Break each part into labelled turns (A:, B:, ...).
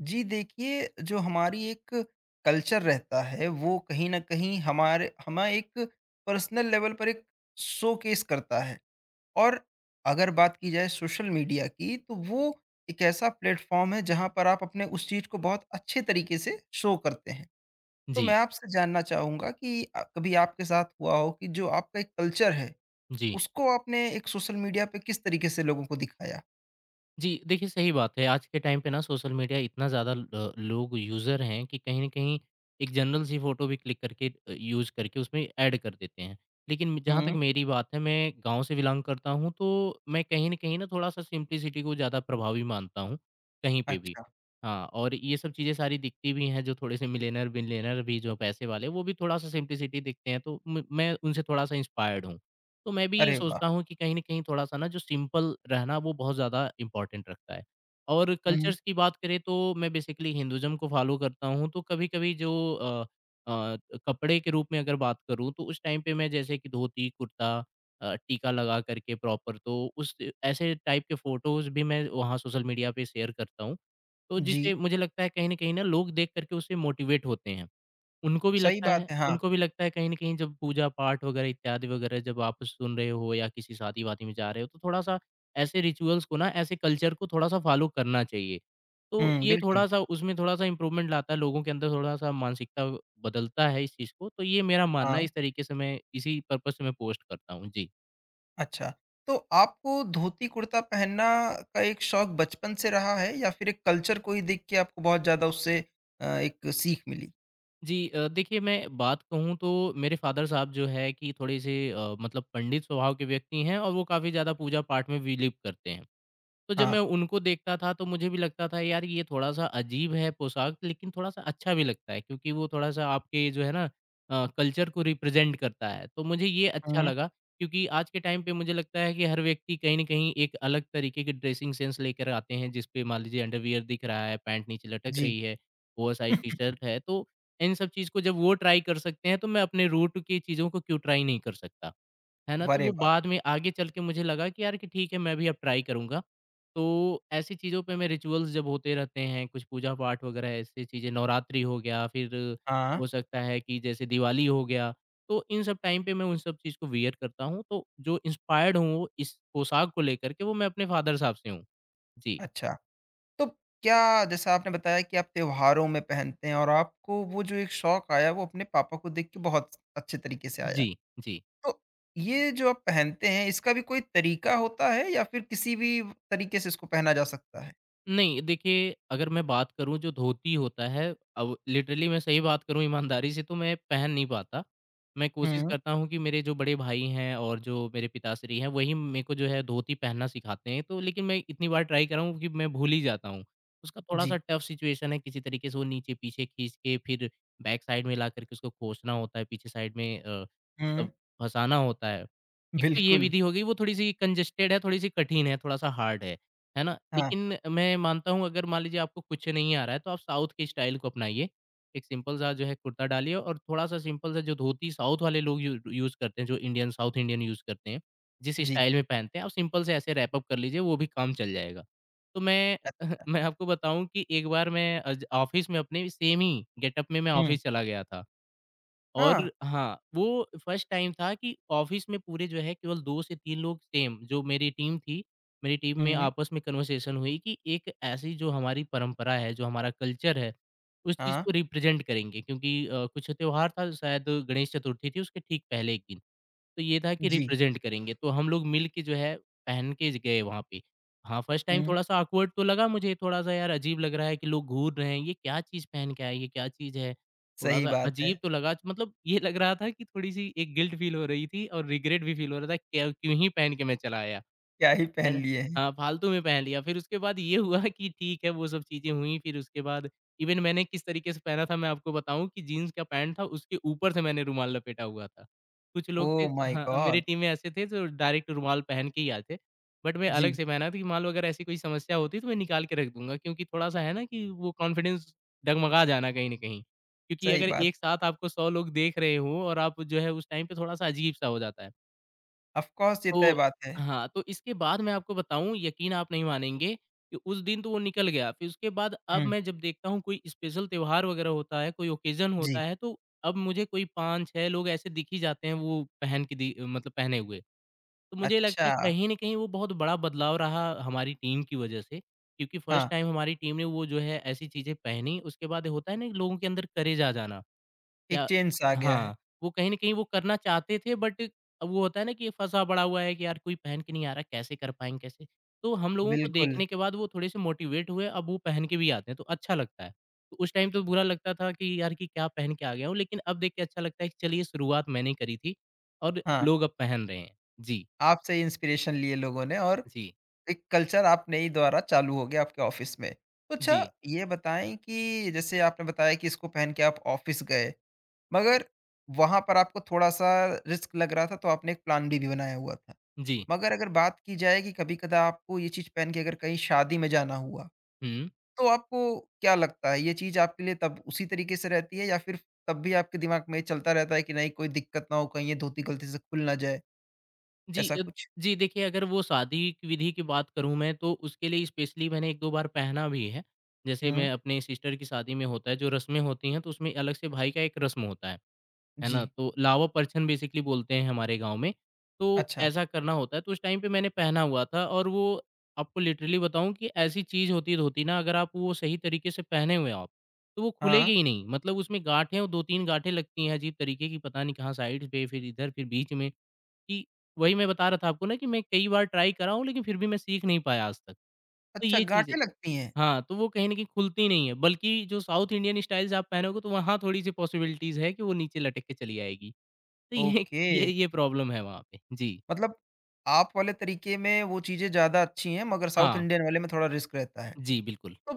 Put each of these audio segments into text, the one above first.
A: जी देखिए, जो हमारी एक कल्चर रहता है, वो कहीं न कहीं हमारे हमें एक पर्सनल लेवल पर एक शोकेस करता है और अगर बात की जाए सोशल मीडिया की, तो वो एक ऐसा प्लेटफ़ॉर्म है, जहाँ पर आप अपने उस चीज़ को बहुत अच्छे तरीके से शो करते हैं। तो मैं
B: जी,
A: आपसे जानना चाहूँगा कि कभी आपके साथ हुआ हो कि जो आपका एक कल्चर है,
B: जी।
A: उसको आपने एक सोशल मीडिया पे किस तरीके से लोगों को दिखाया?
B: जी, देखिए सही बात है, आज के टाइम पे ना सोशल मीडिया इतना ज़्यादा ल लोग यूज़र हैं कि कहीं न कहीं एक जनरल सी फ़ोटो भी क्लिक करके यूज़ करके उसमें ऐड कर देते हैं। लेकिन जहाँ तक
A: हुँ।
B: मेरी बात है, मैं गाँव से बिलॉन्ग करता हूँ, तो मैं कहीं न कहीं ना थोड़ा-सा सिम्प्लिसिटी को ज़्यादा प्रभावी मानता हूँ, कहीं पे भी।
A: अच्छा।
B: हाँ, और ये सब चीज़ें सारी दिखती भी हैं, जो थोड़े से मिलियनेयर, बिलियनेयर भी जो पैसे वाले, वो भी थोड़ा-सा सिम्प्लिसिटी दिखते हैं, तो म मैं उनसे थोड़ा-सा इंस्पायर्ड हूँ। तो मैं भी
A: अरे वाह!
B: सोचता हूँ कि कहीं न कहीं थोड़ा-सा ना जो सिंपल रहना वो बहुत ज़्यादा इम्पोर्टेंट रखता है। और
A: हुँ।
B: कल्चर्स की बात करें तो मैं बेसिकली हिंदुइज़्म को फ़ॉलो करता हूँ, तो कभी-कभी जो अ, कपड़े के रूप में अगर बात करूँ, तो उस टाइम पे मैं जैसे कि धोती, कुर्ता, टीका लगा कर के प्रॉपर, तो उस ऐसे टाइप के फ़ोटोज़ भी मैं वहाँ सोशल मीडिया पे शेयर करता हूँ। तो
A: जी,
B: जिससे मुझे लगता है कहीं न कहीं ना लोग देख कर के उससे मोटिवेट होते हैं।
A: सही बात है। हाँ।
B: उनको भी लगता है कहीं न कहीं जब पूजा-पाठ वगैरह इत्यादि वगैरह जब आप सुन रहे हो या किसी शादी-वादी में जा रहे हो, तो थोड़ा-सा ऐसे रिचुअल्स को ना, ऐसे कल्चर को थोड़ा-सा फ़ॉलो करना चाहिए। तो
A: हुँ,
B: ये
A: बिल्कुल।
B: थोड़ा-सा उसमें थोड़ा-सा इम्प्रूवमेंट लाता है, लोगों के अंदर थोड़ा-सा मानसिकता बदलता है इस चीज़ को, तो ये मेरा
A: हाँ,
B: मानना है, इस तरीके से मैं इसी पर्पज़ से मैं पोस्ट करता हूँ। जी।
A: अच्छा। तो आपको धोती-कुर्ता पहनना का एक शौक बचपन से रहा है या फिर एक कल्चर को ही देख के आपको बहुत ज़्यादा उससे एक सीख मिली?
B: जी, देखिए मैं बात कहूँ तो मेरे फ़ादर साहब जो है कि थोड़े-से, मतलब पंडित स्वभाव के व्यक्ति हैं और वो काफ़ी ज़्यादा पूजा-पाठ में बिलीव करते हैं। तो जब
A: हाँ।
B: मैं उनको देखता था तो मुझे भी लगता था यार, ये थोड़ा-सा अजीब है पोशाक, लेकिन थोड़ा-सा अच्छा भी लगता है, क्योंकि वो थोड़ा-सा आपके जो है ना, कल्चर को रिप्रेज़ेंट करता है। तो मुझे ये अच्छा
A: हुँ,
B: लगा, क्योंकि आज के टाइम पे मुझे लगता है कि हर व्यक्ति कहीं न कहीं एक अलग तरीके के ड्रेसिंग सेंस लेकर आते हैं, जिस पे मान लीजिए अंडरवियर दिख रहा है, पैंट नीचे लटक
A: जी।
B: रही है, ओवरसाइज़ टी-शर्ट है। तो इन सब चीज़ को जब वो ट्राई कर सकते हैं, तो मैं अपने रूट की चीज़ों को क्यों ट्राई नहीं कर सकता? है ना? तो
A: अरे
B: वो
A: वाह!
B: बाद में आगे चल के मुझे लगा कि यार, कि ठीक है, मैं भी अब ट्राई करूँगा। तो ऐसी चीज़ों पे, मैं रिचुअल्स जब होते रहते हैं, कुछ पूजा-पाठ वगैरह ऐसी चीज़ें, नवरात्रि हो गया, फिर
A: हाँ,
B: हो सकता है कि जैसे दिवाली हो गया, तो इन सब टाइम पे मैं उन सब चीज़ को वियर करता हूँ। तो जो इंस्पायर्ड हूँ इस पोशाक को लेकर के, वो मैं अपने फादर साहब से हूँ। जी।
A: अच्छा। तो क्या जैसा आपने बताया कि आप त्योहारों में पहनते हैं और आपको वो जो एक शौक आया वो अपने पापा को देख के बहुत अच्छे तरीके से आया।
B: जी, जी।
A: तो ये जो आप पहनते हैं इसका भी कोई तरीका होता है या फिर किसी भी तरीके से इसको पहना जा सकता है?
B: नहीं, देखिए, अगर मैं बात करूँ जो धोती होता है, अब लिटरली मैं सही बात करूँ ईमानदारी से, तो मैं पहन नहीं पाता। मैं कोशिश
A: हुँ,
B: करता हूँ कि मेरे जो बड़े भाई हैं और जो मेरे पिताश्री हैं, वही मेरे को जो है धोती पहनना सिखाते हैं। तो लेकिन मैं इतनी बार ट्राई कर रहा हूँ कि मैं भूल ही जाता हूँ। उसका
A: जी।
B: थोड़ा-सा टफ सिचुएशन है, किसी तरीके से वो नीचे पीछे खींच के फिर बैक साइड में लाकर के उसको खोसना होता है, पीछे साइड में
A: हुँ,
B: मतलब फँसाना होता है। एक तो ये
A: बिल्कुल।
B: विधि हो गई, वो थोड़ी-सी कंजेस्टेड है, थोड़ी-सी कठिन है, थोड़ा-सा हार्ड है। है ना?
A: हाँ,
B: लेकिन मैं मानता हूँ, अगर मान लीजिए आपको कुछ नहीं आ रहा है, तो आप साउथ के स्टाइल को अपनाइए। एक सिंपल सा जो है कुर्ता डालिए और थोड़ा-सा सिंपल सा जो धोती साउथ वाले लोग यू यूज़ करते हैं, जो इंडियन साउथ इंडियन यूज़ करते हैं, जिस
A: जी,
B: स्टाइल में पहनते हैं, आप सिंपल से ऐसे रैप अप कर लीजिए, वो भी काम चल जाएगा। तो मैं
A: अच्छा।
B: मैं आपको बताऊँ कि एक बार मैं अज ऑफ़िस में अपने सेम ही गेटअप में मैं
A: हुँ,
B: ऑफ़िस चला गया था। और
A: हाँ।
B: हाँ, वो फर्स्ट टाइम था कि ऑफ़िस में पूरे जो है केवल 2 से 3 लोग, सेम जो मेरी टीम थी, मेरी टीम में
A: हुँ,
B: आपस में कन्वर्सेशन हुई कि एक ऐसी जो हमारी परंपरा है, जो हमारा कल्चर है, उस चीज़
A: हाँ,
B: को रिप्रेज़ेंट करेंगे, क्योंकि कुछ त्योहार था, शायद गणेश चतुर्थी थी उसके ठीक पहले एक दिन। तो ये था कि
A: जी।
B: रिप्रेज़ेंट करेंगे, तो हम लोग मिल के जो है पहन के ज गए वहाँ पे। हाँ, फर्स्ट टाइम
A: हुँ,
B: थोड़ा-सा ऑकवर्ड तो लगा मुझे, थोड़ा-सा यार अजीब लग रहा है कि लोग घूर रहे हैं, ये क्या चीज़ पहन के आए, ये क्या चीज़ है?
A: सही
B: थोड़ा-सा
A: बात है।
B: अजीब तो लगा, मतलब ये लग रहा था कि थोड़ी-सी एक गिल्ट फ़ील हो रही थी और रिग्रेट भी फ़ील हो रहा था, क्या क्यों ही पहन के मैं चला आया।
A: क्या ही
B: है
A: पहन
B: ना?
A: लिए हैं।
B: हाँ, फालतू में पहन लिया। फिर उसके बाद ये हुआ कि ठीक है, वो सब चीज़ें हुई, फिर उसके बाद इवन मैंने किस तरीके से पहना था मैं आपको बताऊँ कि जीन्स का पैंट था, उसके ऊपर से मैंने रुमाल लपेटा हुआ था। कुछ लोग थे,
A: ओह माय
B: हाँ, मेरी
A: गॉड!
B: टीम में ऐसे थे जो डायरेक्ट रुमाल पहन के ही आए थे। बट मैं अलग
A: जी,
B: से पहना था कि मान लो अगर ऐसी कोई समस्या होती तो मैं निकाल के रख दूँगा, क्योंकि थोड़ा-सा है ना कि वो कॉन्फिडेंस डगमगा जाना कहीं न कहीं। क्योंकि
A: सही
B: अगर
A: बात।
B: एक साथ आपको 100 लोग देख रहे हों और आप जो है उस टाइम पे थोड़ा-सा अजीब-सा हो जाता है।
A: ऑफ़ कोर्स ये तय
B: तो
A: बात है।
B: हाँ, तो इसके बाद मैं आपको बताऊँ, यकीन आप नहीं मानेंगे कि उस दिन तो वो निकल गया। फिर उसके बाद अब
A: हुँ,
B: मैं जब देखता हूँ कोई स्पेशल त्योहार वग़ैरह होता है, कोई ओकेज़न
A: जी,
B: होता है, तो अब मुझे कोई 5-6 लोग ऐसे दिख ही जाते हैं वो पहन के, दि मतलब पहने हुए। तो मुझे लगता है
A: अच्छा।
B: कहीं न कहीं वो बहुत बड़ा बदलाव रहा हमारी टीम की वज़ह से, क्योंकि फर्स्ट
A: हाँ,
B: टाइम हमारी टीम ने वो जो है ऐसी चीज़ें पहनी, उसके बाद होता है ना लोगों के अंदर करेज आ जाना।
A: एक
B: या
A: चेंज सा आ गया है।
B: हाँ, वो कहीं न कहीं वो करना चाहते थे, बट अब वो होता है ना कि फँसा पड़ा हुआ है कि यार कोई पहन के नहीं आ रहा, कैसे कर पाएँगे, कैसे? तो हम लोगों को
A: बिल्कुल,
B: देखने के बाद वो थोड़े-से मोटिवेट हुए, अब वो पहन के भी आते हैं, तो अच्छा लगता है। तो उस टाइम तो बुरा लगता था कि यार, कि क्या पहन के आ गया हूँ, लेकिन अब देख के अच्छा लगता है कि चलिए शुरुआत मैंने करी थी और
A: हाँ,
B: लोग अब पहन रहे हैं। जी,
A: आपसे ही इंस्पिरेशन लिए लोगों ने और
B: जी,
A: एक कल्चर आपने ही द्वारा चालू हो गया आपके ऑफ़िस में। तो अच्छा
B: जी,
A: ये बताएँ कि जैसे आपने बताया कि इसको पहन के आप ऑफ़िस गए। मगर वहाँ पर आपको थोड़ा-सा रिस्क लग रहा था, तो आपने एक प्लान बी भी बनाया हुआ था।
B: जी।
A: मगर अगर बात की जाए कि कभी-कदा आपको ये चीज़ पहन के अगर कहीं शादी में जाना हुआ,
B: हुँ।
A: तो आपको क्या लगता है? ये चीज़ आपके लिए तब उसी तरीके से रहती है या फिर तब भी आपके दिमाग में चलता रहता है कि नहीं कोई दिक्कत ना हो, कहीं ये धोती गलती से खुल ना जाए,
B: जी,
A: ऐसा कुछ?
B: जी देखिए, अगर वो शादी की विधि की बात करूँ मैं, तो उसके लिए स्पेशली मैंने 1-2 बार पहना भी है। जैसे
A: हुँ,
B: मैं अपने सिस्टर की शादी में होता है जो रस्में होती हैं, तो उसमें अलग से भाई का एक रस्म होता है ना?
A: जी।
B: तो लावा परछन बेसिकली बोलते हैं हमारे गाँव में, तो
A: अच्छा,
B: ऐसा करना होता है, तो उस टाइम पे मैंने पहना हुआ था और वो आपको लिटरली बताऊँ कि ऐसी चीज़ होती धोती ना, अगर आप वो सही तरीके से पहने हुए आप, तो वो
A: हाँ।
B: खुलेगी ही नहीं, मतलब उसमें गाँठें और 2-3 गाँठें लगती हैं अजीब तरीके की, पता नहीं कहाँ साइड पे फिर इधर फिर बीच में, कि वही मैं बता रहा था आपको ना कि मैं कई बार ट्राई करा हूँ, लेकिन फिर भी मैं सीख नहीं पाया आज तक। तो
A: अच्छा
B: ये चीज़
A: गाँठें
B: है।
A: लगती हैं?
B: हाँ, तो वो कहीं न कहीं खुलती नहीं है, बल्कि जो साउथ इंडियन स्टाइल्स आप पहनोगे तो वहाँ थोड़ी-सी पॉसिबिलिटीज़ है कि वो नीचे लटक के चली आएगी। तो ये
A: ओके,
B: ये ये प्रॉब्लम है वहाँ पे। जी।
A: मतलब आप वाले तरीके में वो चीज़ें ज़्यादा अच्छी हैं, मगर साउथ
B: हाँ।
A: इंडियन वाले में थोड़ा रिस्क रहता है।
B: जी, बिल्कुल।
A: तो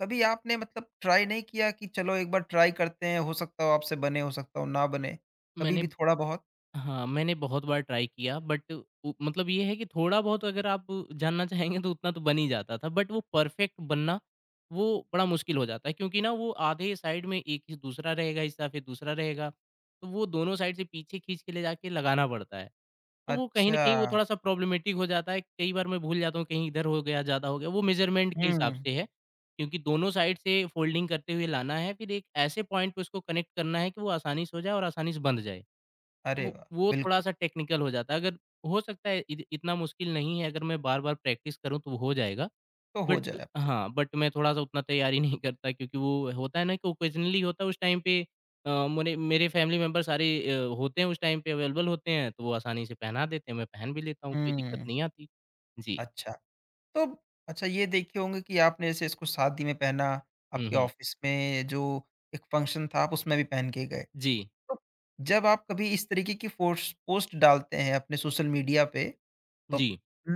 A: कभी आपने मतलब ट्राई नहीं किया कि चलो एक बार ट्राई करते हैं, हो सकता हो आपसे बने, हो सकता हो ना बने, कभी
B: मैंने
A: भी थोड़ा बहुत?
B: हाँ, मैंने बहुत बार ट्राई किया, बट उ मतलब ये है कि थोड़ा बहुत अगर आप जानना चाहेंगे तो उतना तो बन ही जाता था, बट वो परफेक्ट बनना, वो बड़ा मुश्किल हो जाता है, क्योंकि ना वो आधे साइड में एक ही दूसरा रहेगा हिस्सा, फिर दूसरा रहेगा, तो वो दोनों साइड से पीछे खींच के ले जाके लगाना पड़ता है। तो वो कहीं न
A: अच्छा,
B: कहीं वो थोड़ा-सा प्रॉब्लमेटिक हो जाता है, कई बार मैं भूल जाता हूँ कहीं इधर हो गया, ज़्यादा हो गया, वो मेज़रमेंट के
A: हुँ,
B: हिसाब से है, क्योंकि दोनों साइड से फ़ोल्डिंग करते हुए लाना है, फिर एक ऐसे पॉइंट पे उसको कनेक्ट करना है कि वो आसानी से हो जाए और आसानी से बंध जाए। तो
A: अरे
B: वो
A: वाह!
B: वो
A: बिल्कुल,
B: थोड़ा-सा टेक्निकल हो जाता है। अगर हो सकता है इत इतना मुश्किल नहीं है, अगर मैं बार-बार प्रैक्टिस करूँ तो हो जाएगा।
A: तो हो
B: बट
A: जाए आपसे।
B: हाँ, बट मैं थोड़ा-सा उतना तैयारी नहीं करता, क्योंकि वो होता है ना कि ओकेजनली होता है उस टाइम पे, मोरे मेरे फैमिली मेंबर सारे, होते हैं उस टाइम पे अवेलेबल होते हैं, तो वो आसानी से पहना देते हैं, मैं पहन भी लेता हूँ, कोई दिक्कत
A: हुँ,
B: नहीं आती। जी।
A: अच्छा, तो अच्छा ये देखे होंगे कि आपने जैसे इसको शादी में पहना,
B: हुँ,
A: आपके
B: हुँ।
A: ऑफ़िस में जो एक फंक्शन था, आप उसमें भी पहन के गए।
B: जी,
A: तो जब आप कभी इस तरीके की फोर्स पोस्ट डालते हैं अपने सोशल मीडिया पे तो
B: जी।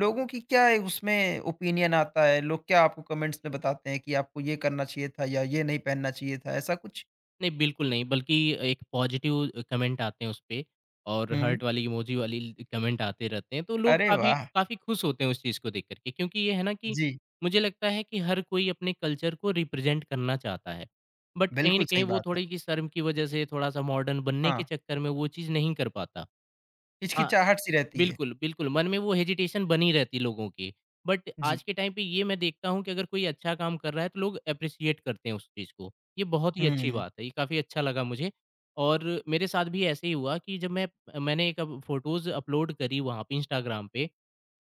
A: लोगों की क्या है उसमें ओपिनियन आता है? लोग क्या आपको कमेंट्स में बताते हैं कि आपको ये करना चाहिए था या ये नहीं पहनना चाहिए था, ऐसा कुछ?
B: नहीं, बिल्कुल नहीं, बल्कि एक पॉज़िटिव कमेंट आते हैं उसपे और
A: हुँ।
B: हर्ट वाली, इमोजी वाली ल कमेंट आते रहते हैं, तो लोग
A: अरे
B: काफ़ी
A: वाह!
B: काफ़ी खुश होते हैं उस चीज़ को देख कर के। क्योंकि ये है ना कि
A: जी,
B: मुझे लगता है कि हर कोई अपने कल्चर को रिप्रेज़ेंट करना चाहता है, बट कहीं न
A: बिल्कुल
B: कहीं
A: सही
B: वो
A: बात है।
B: थोड़ी-सी शर्म की वज़ह से, थोड़ा-सा मॉडर्न बनने के
A: हाँ,
B: चक्कर में वो चीज़ नहीं कर पाता। हाँ,
A: हिचकिचाहट सी रहती है।
B: बिल्कुल, बिल्कुल, मन में वो हेजिटेशन बनी रहती लोगों की। बट आज
A: जी।
B: के टाइम पे ये मैं देखता हूँ कि अगर कोई अच्छा काम कर रहा है तो लोग एप्रिशिएट करते हैं उस चीज़ को। ये बहुत ही अच्छी
A: हुँ।
B: बात है, ये काफ़ी अच्छा लगा मुझे। और मेरे साथ भी ऐसे ही हुआ कि जब मैंने एक अब फ़ोटोज़ अपलोड करी वहाँ पे इंस्टाग्राम पे,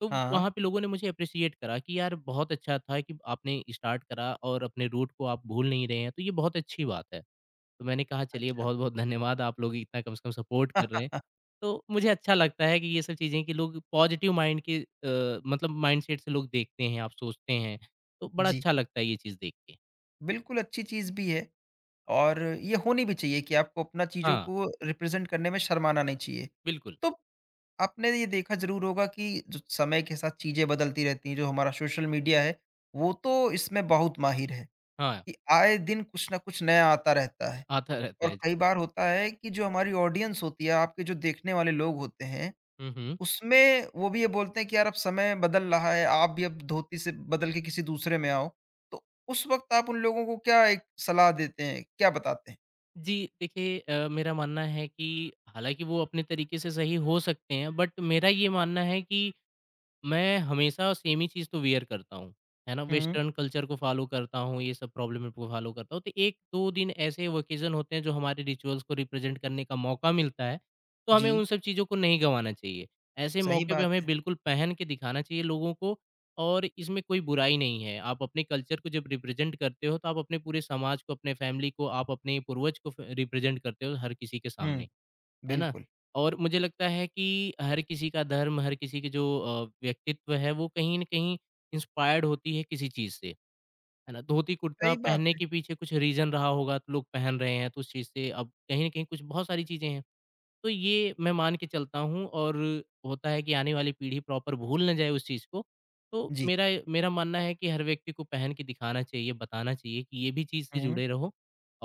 B: तो
A: हाँ,
B: वहाँ पे लोगों ने मुझे एप्रिशिएट करा कि यार बहुत अच्छा था कि आपने स्टार्ट करा और अपने रूट को आप भूल नहीं रहे हैं, तो ये बहुत अच्छी बात है। तो मैंने कहा चलिए
A: अच्छा।
B: बहुत-बहुत धन्यवाद आप लोग इतना कम से कम सपोर्ट कर रहे हैं। तो मुझे अच्छा लगता है कि ये सब चीज़ें कि लोग पॉज़िटिव माइंड के मतलब माइंडसेट से लोग देखते हैं, आप सोचते हैं, तो बड़ा
A: जी,
B: अच्छा लगता है ये चीज़ देख के।
A: बिल्कुल अच्छी चीज़ भी है और ये होनी भी चाहिए कि आपको अपना चीज़ों
B: हाँ,
A: को रिप्रेज़ेंट करने में शर्माना नहीं चाहिए।
B: बिल्कुल।
A: तो आपने ये देखा ज़रूर होगा कि जो समय के साथ चीज़ें बदलती रहती हैं, जो हमारा सोशल मीडिया है, वो तो इसमें बहुत माहिर है
B: हाँ,
A: कि आए दिन कुछ ना कुछ नया आता रहता है।
B: आता रहता
A: और
B: है।
A: कई बार होता है कि जो हमारी ऑडियंस होती है, आपके जो देखने वाले लोग होते हैं,
B: हुँ, हुँ।
A: उसमें वो भी ये बोलते हैं कि यार अब समय बदल रहा है, आप भी अब धोती से बदल के किसी दूसरे में आओ। तो उस वक़्त आप उन लोगों को क्या एक सलाह देते हैं, क्या बताते हैं?
B: जी, देखिए मेरा मानना है कि हालाँकि वो अपने तरीके से सही हो सकते हैं, बट मेरा ये मानना है कि मैं हमेशा सेम ही चीज़ तो वियर करता हूँ, है ना?
A: हुँ,
B: वेस्टर्न कल्चर को फॉलो करता हूँ, ये सब प्रॉब्लम को फॉलो करता हूँ। तो 1-2 दिन ऐसे ओकेज़न होते हैं जो हमारे रिचुअल्स को रिप्रेज़ेंट करने का मौका मिलता है, तो हमें
A: जी,
B: उन सब चीज़ों को नहीं गँवाना चाहिए। ऐसे
A: सही
B: मौके पे
A: बात
B: हमें
A: है।
B: बिल्कुल पहन के दिखाना चाहिए लोगों को और इसमें कोई बुराई नहीं है। आप अपने कल्चर को जब रिप्रेज़ेंट करते हो, तो आप अपने पूरे समाज को, अपने फैमिली को, आप अपने पूर्वज को फ रिप्रेज़ेंट करते हो हर किसी के
A: हुँ,
B: सामने। है ना?
A: बिल्कुल,
B: और मुझे लगता है कि हर किसी का धर्म, हर किसी की जो व्यक्तित्व है, वो कहीं न कहीं इंस्पायर्ड होती है किसी चीज़ से, है ना? धोती-कुर्ता
A: सही बात
B: पहनने
A: है।
B: के पीछे कुछ रीज़न रहा होगा, तो लोग पहन रहे हैं, तो उस चीज़ से अब कहीं न कहीं कुछ बहुत सारी चीज़ें हैं। तो ये मैं मान के चलता हूँ और होता है कि आने वाली पीढ़ी प्रॉपर भूल ना जाए उस चीज़ को। तो
A: जी,
B: मेरा मेरा मानना है कि हर व्यक्ति को पहन के दिखाना चाहिए, बताना चाहिए कि ये भी चीज़ से
A: हुँ,
B: जुड़े रहो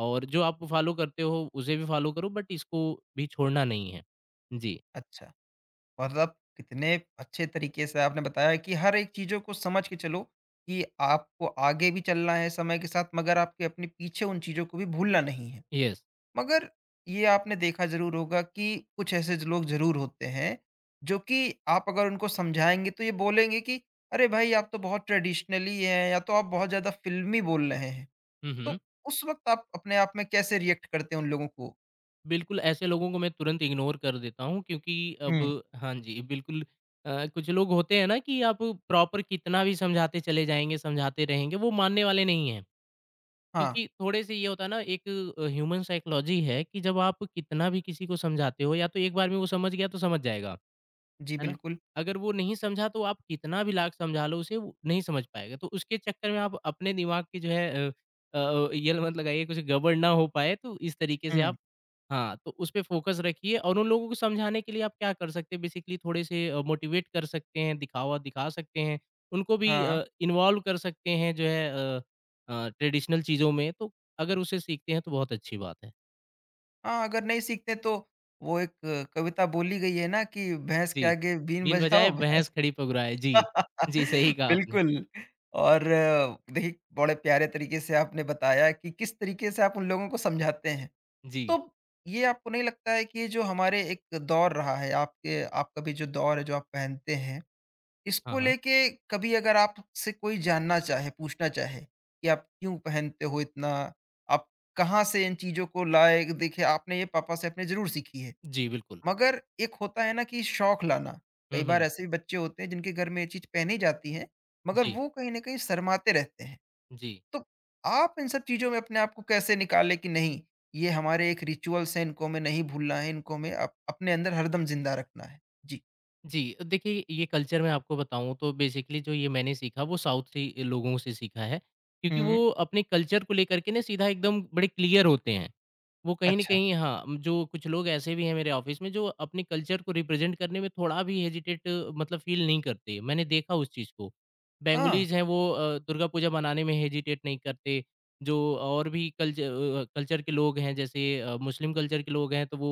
B: और जो आप फॉलो करते हो उसे भी फॉलो करो बट इसको भी छोड़ना नहीं है। जी,
A: अच्छा। मतलब कितने अच्छे तरीके से आपने बताया कि हर एक चीज़ों को समझ के चलो कि आपको आगे भी चलना है समय के साथ मगर आपके अपने पीछे उन चीज़ों को भी भूलना नहीं है।
B: यस।
A: मगर ये आपने देखा ज़रूर होगा कि कुछ ऐसे ज लोग ज़रूर होते हैं जो कि आप अगर उनको समझाएँगे तो ये बोलेंगे कि अरे भाई आप तो बहुत ट्रेडिशनली हैं या तो आप बहुत ज़्यादा फ़िल्मी बोल रहे हैं।
B: हुँ, हुँ।
A: तो उस वक़्त आप अपने आप में कैसे रिएक्ट करते हैं उन लोगों को?
B: बिल्कुल ऐसे लोगों को मैं तुरंत इग्नोर कर देता हूँ क्योंकि अब
A: हुँ।
B: हाँ जी, बिल्कुल कुछ लोग होते हैं ना कि आप प्रॉपर कितना भी समझाते चले जाएँगे, समझाते रहेंगे, वो मानने वाले नहीं हैं।
A: हाँ।
B: क्योंकि थोड़े से ये होता है ना एक ह्यूमन साइकोलॉजी है कि जब आप कितना भी किसी को समझाते हो या तो एक बार में वो समझ गया तो समझ जाएगा,
A: जी,
B: है ना?
A: बिल्कुल।
B: अगर वो नहीं समझा तो आप कितना भी लाख समझा लो उसे वो नहीं समझ पाएगा। तो उसके चक्कर में आप अपने दिमाग की जो है ये मत लगाइए कुछ गड़बड़ ना हो पाए तो इस तरीके से
A: हुँ।
B: आप हाँ, तो उसपे फ़ोकस रखिए और उन लोगों को समझाने के लिए आप क्या कर सकते हैं बेसिकली थोड़े से मोटिवेट कर सकते हैं, दिखावा दिखा सकते हैं, उनको भी
A: हाँ।
B: इन्वॉल्व कर सकते हैं जो है अ ट्रेडिशनल चीज़ों में, तो अगर उसे सीखते हैं तो बहुत अच्छी बात है।
A: हाँ, अगर नहीं सीखते तो वो एक कविता बोली गई है ना कि भैंस के
B: जी,
A: आगे बीन
B: बिन
A: बजाओ
B: बजाए
A: भैंस।
B: भैंस खड़ी पगुराए। जी, जी, सही कहा आपने।
A: बिल्कुल। और देखिए बड़े प्यारे तरीके से आपने बताया कि किस तरीके से आप उन लोगों को समझाते हैं।
B: जी,
A: तो ये आपको नहीं लगता है कि ये जो हमारे एक दौर रहा है, आपके आपका भी जो दौर है जो आप पहनते हैं,
B: हाँ,
A: इसको
B: हाँ।
A: लेके कभी अगर आपसे कोई जानना चाहे, पूछना चाहे कि आप क्यों पहनते हो इतना? आप कहाँ से इन चीज़ों को लाए? देखिए, आपने ये पापा से आपने ज़रूर सीखी है,
B: जी, बिल्कुल।
A: मगर एक होता है ना कि शौक लाना।
B: हुँ,
A: कई
B: हुँ।
A: बार ऐसे भी बच्चे होते हैं जिनके घर में ये चीज़ पहनी जाती है, मगर
B: जी,
A: वो कहीं न कहीं शर्माते रहते हैं।
B: जी।
A: तो आप इन सब चीज़ों में अपने आप को कैसे निकालें कि नहीं, ये हमारे एक रिचुअल्स हैं, इनको हमें नहीं भूलना है, इनको हमें अप अपने अंदर हरदम ज़िंदा रखना है? जी।
B: जी, देखिए ये कल्चर मैं आपको बताऊँ तो बेसिकली जो ये मैंने सीखा वो साउथ से लोगों से सीखा है, क्योंकि
A: हुँ।
B: वो अपने कल्चर को लेकर के ना सीधा एकदम बड़े क्लियर होते हैं। वो कहीं न
A: अच्छा।
B: कहीं हाँ, जो कुछ लोग ऐसे भी हैं मेरे ऑफ़िस में जो अपने कल्चर को रिप्रेज़ेंट करने में थोड़ा भी हेजिटेट मतलब फ़ील नहीं करते। मैंने देखा उस चीज़ को।
A: हाँ,
B: बेंगोलीज़ हैं वो दुर्गा पूजा मनाने में हेजिटेट नहीं करते। जो और भी कल्चर के लोग हैं जैसे मुस्लिम कल्चर के लोग हैं तो वो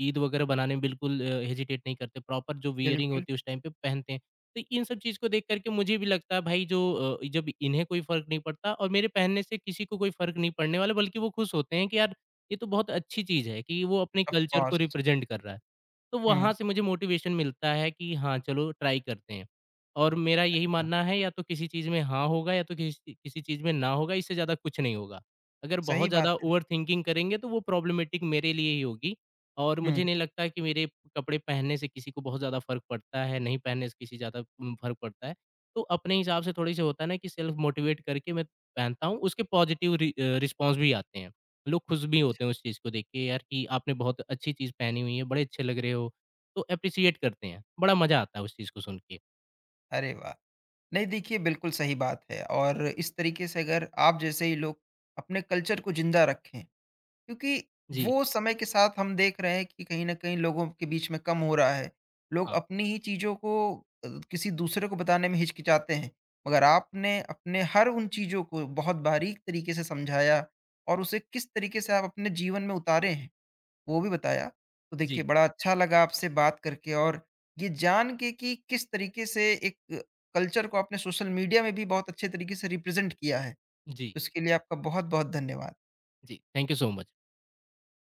B: ईद वग़ैरह बनाने में बिल्कुल हेजिटेट नहीं करते। प्रॉपर जो वियरिंग
A: बिल्कुल।
B: होती है उस टाइम पे पहनते हैं। तो इन सब चीज़ को देख कर के मुझे भी लगता है भाई जब इन्हें कोई फ़र्क नहीं पड़ता और मेरे पहनने से किसी को कोई फ़र्क नहीं पड़ने वाला बल्कि वो खुश होते हैं कि यार ये तो बहुत अच्छी चीज़ है कि वो अपने
A: ऑफ़
B: कल्चर को
A: कोर्स।
B: रिप्रेज़ेंट कर रहा है। तो वहाँ
A: हुँ।
B: से मुझे मोटिवेशन मिलता है कि हाँ, चलो ट्राई करते हैं। और मेरा यही
A: अच्छा।
B: मानना है या तो किसी चीज़ में हाँ होगा या तो किसी किसी चीज़ में ना होगा, इससे ज़्यादा कुछ नहीं होगा। अगर
A: सही
B: बहुत
A: बात
B: ज़्यादा
A: है।
B: ओवरथिंकिंग करेंगे तो वो प्रॉब्लमैटिक मेरे लिए ही होगी और
A: हुँ।
B: मुझे नहीं लगता कि मेरे कपड़े पहनने से किसी को बहुत ज़्यादा फ़र्क पड़ता है, नहीं पहनने से किसी ज़्यादा फ़र्क पड़ता है। तो अपने हिसाब से थोड़ी-सी होता है ना कि सेल्फ मोटिवेट करके मैं पहनता हूँ, उसके पॉज़िटिव रिस्पॉन्स भी आते हैं। लोग खुश भी होते हैं उस चीज़ को देख के यार कि आपने बहुत अच्छी चीज़ पहनी हुई है, बड़े अच्छे लग रहे हो, तो एप्रिशिएट करते हैं। बड़ा मज़ा आता है उस चीज़ को सुन के।
A: अरे वाह! नहीं देखिए बिल्कुल सही बात है और इस तरीके से अगर आप जैसे ही लोग अपने कल्चर को ज़िंदा रखें, क्योंकि
B: जी,
A: वो समय के साथ हम देख रहे हैं कि कहीं न कहीं लोगों के बीच में कम हो रहा है। लोग
B: हाँ।
A: अपनी ही चीज़ों को किसी दूसरे को बताने में हिचकिचाते हैं। मगर आपने अपने हर उन चीज़ों को बहुत बारीक तरीके से समझाया और उसे किस तरीके से आप अपने जीवन में उतारे हैं। वो भी बताया। तो देखिए
B: जी,
A: बड़ा अच्छा लगा आपसे बात करके और ये जान के कि किस तरीके से एक कल्चर को आपने सोशल मीडिया में भी बहुत अच्छे तरीके से रिप्रेज़ेंट किया है।
B: जी,
A: तो इसके लिए आपका बहुत-बहुत धन्यवाद।
B: जी। Thank you so much.